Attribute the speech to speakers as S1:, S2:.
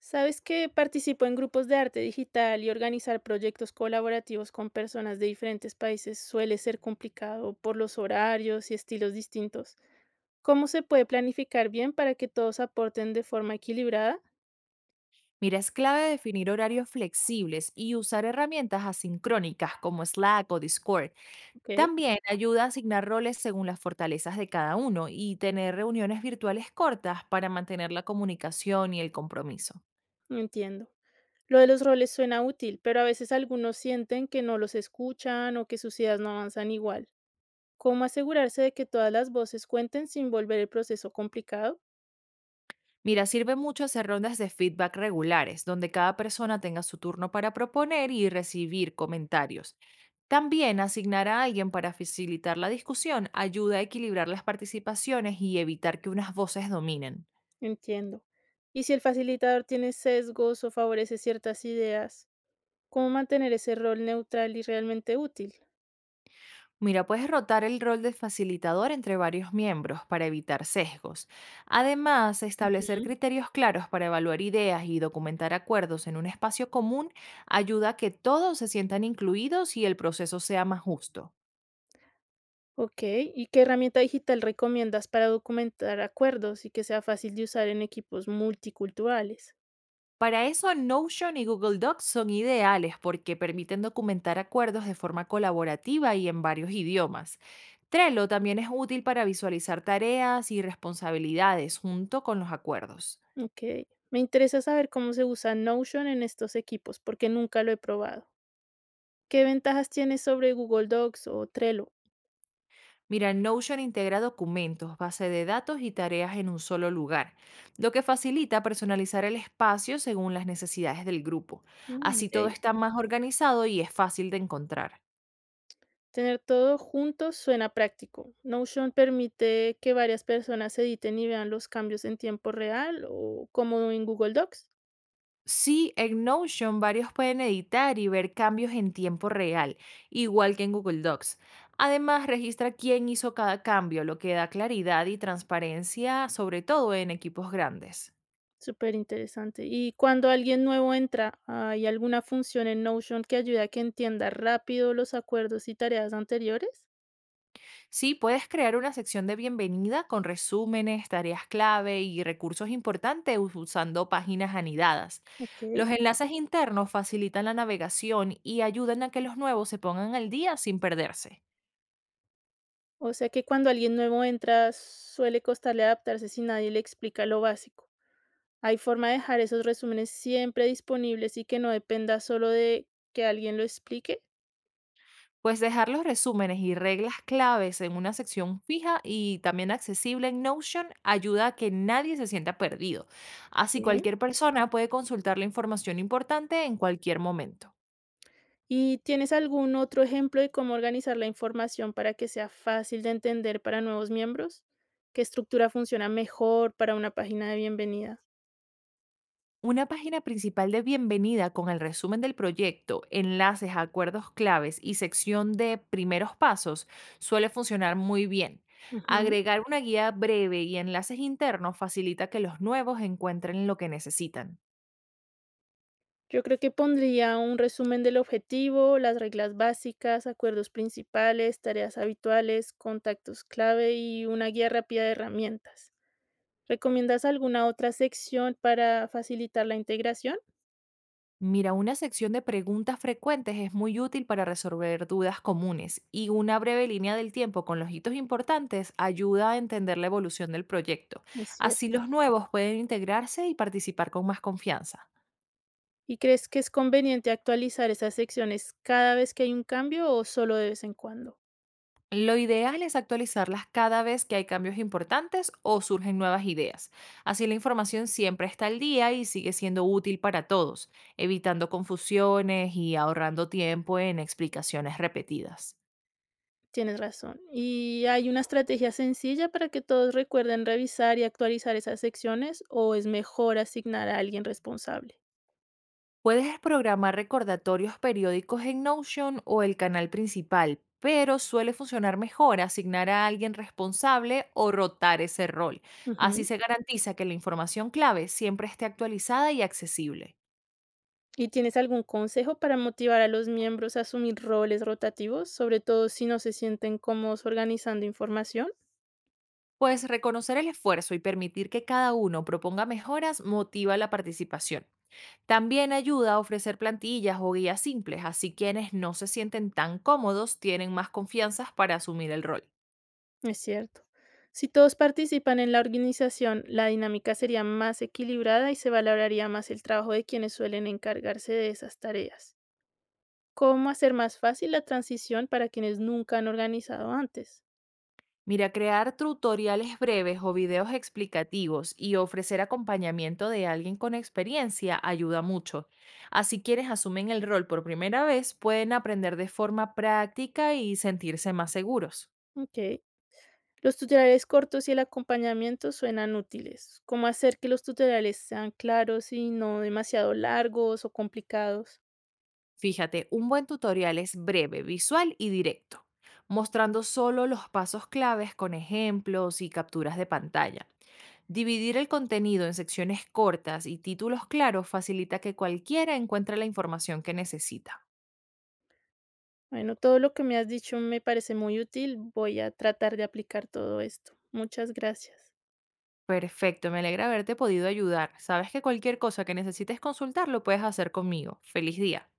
S1: Sabes que participo en grupos de arte digital y organizar proyectos colaborativos con personas de diferentes países suele ser complicado por los horarios y estilos distintos. ¿Cómo se puede planificar bien para que todos aporten de forma equilibrada?
S2: Mira, es clave definir horarios flexibles y usar herramientas asincrónicas como Slack o Discord.
S1: Ok,
S2: También ayuda a asignar roles según las fortalezas de cada uno y tener reuniones virtuales cortas para mantener la comunicación y el compromiso.
S1: entiendo. Lo de los roles suena útil, pero a veces algunos sienten que no los escuchan o que sus ideas no avanzan igual. ¿Cómo asegurarse de que todas las voces cuenten sin volver el proceso complicado?
S2: Mira, sirve mucho hacer rondas de feedback regulares, donde cada persona tenga su turno para proponer y recibir comentarios. También asignar a alguien para facilitar la discusión ayuda a equilibrar las participaciones y evitar que unas voces dominen.
S1: Entiendo. Y si el facilitador tiene sesgos o favorece ciertas ideas, ¿cómo mantener ese rol neutral y realmente útil?
S2: Mira, puedes rotar el rol de facilitador entre varios miembros para evitar sesgos. Además, establecer
S1: Ujú.
S2: criterios claros para evaluar ideas y documentar acuerdos en un espacio común ayuda a que todos se sientan incluidos y el proceso sea más justo.
S1: Ok, ¿y qué herramienta digital recomiendas para documentar acuerdos y que sea fácil de usar en equipos multiculturales?
S2: Para eso, Notion y Google Docs son ideales porque permiten documentar acuerdos de forma colaborativa y en varios idiomas. Trello también es útil para visualizar tareas y responsabilidades junto con los acuerdos.
S1: Ok, me interesa saber cómo se usa Notion en estos equipos porque nunca lo he probado. ¿Qué ventajas tiene sobre Google Docs o Trello?
S2: Mira, Notion integra documentos, base de datos y tareas en un solo lugar, lo que facilita personalizar el espacio según las necesidades del grupo.
S1: Mm,
S2: Así todo
S1: ok.
S2: está más organizado y es fácil de encontrar.
S1: Tener todo junto suena práctico. Notion permite que varias personas editen y vean los cambios en tiempo real o como en Google Docs.
S2: Sí, en Notion varios pueden editar y ver cambios en tiempo real, igual que en Google Docs. Además, registra quién hizo cada cambio, lo que da claridad y transparencia, sobre todo en equipos grandes.
S1: Súper interesante. Y cuando alguien nuevo entra, ¿hay alguna función en Notion que ayude a que entienda rápido los acuerdos y tareas anteriores?
S2: Sí, puedes crear una sección de bienvenida con resúmenes, tareas clave y recursos importantes usando páginas anidadas.
S1: Ok.
S2: Los enlaces internos facilitan la navegación y ayudan a que los nuevos se pongan al día sin perderse.
S1: O sea que cuando alguien nuevo entra, suele costarle adaptarse si nadie le explica lo básico. Hay forma de dejar esos resúmenes siempre disponibles y que no dependa solo de que alguien lo explique.
S2: Pues dejar los resúmenes y reglas claves en una sección fija y también accesible en Notion ayuda a que nadie se sienta perdido. Así
S1: Sí.
S2: cualquier persona puede consultar la información importante en cualquier momento.
S1: ¿Y tienes algún otro ejemplo de cómo organizar la información para que sea fácil de entender para nuevos miembros? ¿Qué estructura funciona mejor para una página de bienvenida?
S2: Una página principal de bienvenida con el resumen del proyecto, enlaces a acuerdos claves y sección de primeros pasos suele funcionar muy bien.
S1: Ujú.
S2: Agregar una guía breve y enlaces internos facilita que los nuevos encuentren lo que necesitan.
S1: Yo creo que pondría un resumen del objetivo, las reglas básicas, acuerdos principales, tareas habituales, contactos clave y una guía rápida de herramientas. ¿Recomiendas alguna otra sección para facilitar la integración?
S2: Mira, una sección de preguntas frecuentes es muy útil para resolver dudas comunes y una breve línea del tiempo con los hitos importantes ayuda a entender la evolución del proyecto.
S1: Es cierto.
S2: Así los nuevos pueden integrarse y participar con más confianza.
S1: ¿Y crees que es conveniente actualizar esas secciones cada vez que hay un cambio o solo de vez en cuando?
S2: Lo ideal es actualizarlas cada vez que hay cambios importantes o surgen nuevas ideas. Así la información siempre está al día y sigue siendo útil para todos, evitando confusiones y ahorrando tiempo en explicaciones repetidas.
S1: Tienes razón. ¿Y hay una estrategia sencilla para que todos recuerden revisar y actualizar esas secciones o es mejor asignar a alguien responsable?
S2: Puedes programar recordatorios periódicos en Notion o el canal principal, pero suele funcionar mejor asignar a alguien responsable o rotar ese rol. Así
S1: Ujú.
S2: se garantiza que la información clave siempre esté actualizada y accesible.
S1: ¿Y tienes algún consejo para motivar a los miembros a asumir roles rotativos, sobre todo si no se sienten cómodos organizando información?
S2: Pues reconocer el esfuerzo y permitir que cada uno proponga mejoras motiva la participación. También ayuda a ofrecer plantillas o guías simples, así quienes no se sienten tan cómodos tienen más confianza para asumir el rol.
S1: Es cierto. Si todos participan en la organización, la dinámica sería más equilibrada y se valoraría más el trabajo de quienes suelen encargarse de esas tareas. ¿Cómo hacer más fácil la transición para quienes nunca han organizado antes?
S2: Mira, crear tutoriales breves o videos explicativos y ofrecer acompañamiento de alguien con experiencia ayuda mucho. Así quienes asumen el rol por primera vez pueden aprender de forma práctica y sentirse más seguros.
S1: Ok. Los tutoriales cortos y el acompañamiento suenan útiles. ¿Cómo hacer que los tutoriales sean claros y no demasiado largos o complicados?
S2: Fíjate, un buen tutorial es breve, visual y directo, mostrando solo los pasos claves con ejemplos y capturas de pantalla. Dividir el contenido en secciones cortas y títulos claros facilita que cualquiera encuentre la información que necesita.
S1: Bueno, todo lo que me has dicho me parece muy útil. Voy a tratar de aplicar todo esto. Muchas gracias.
S2: Perfecto, me alegra haberte podido ayudar. Sabes que cualquier cosa que necesites consultar lo puedes hacer conmigo. Feliz día.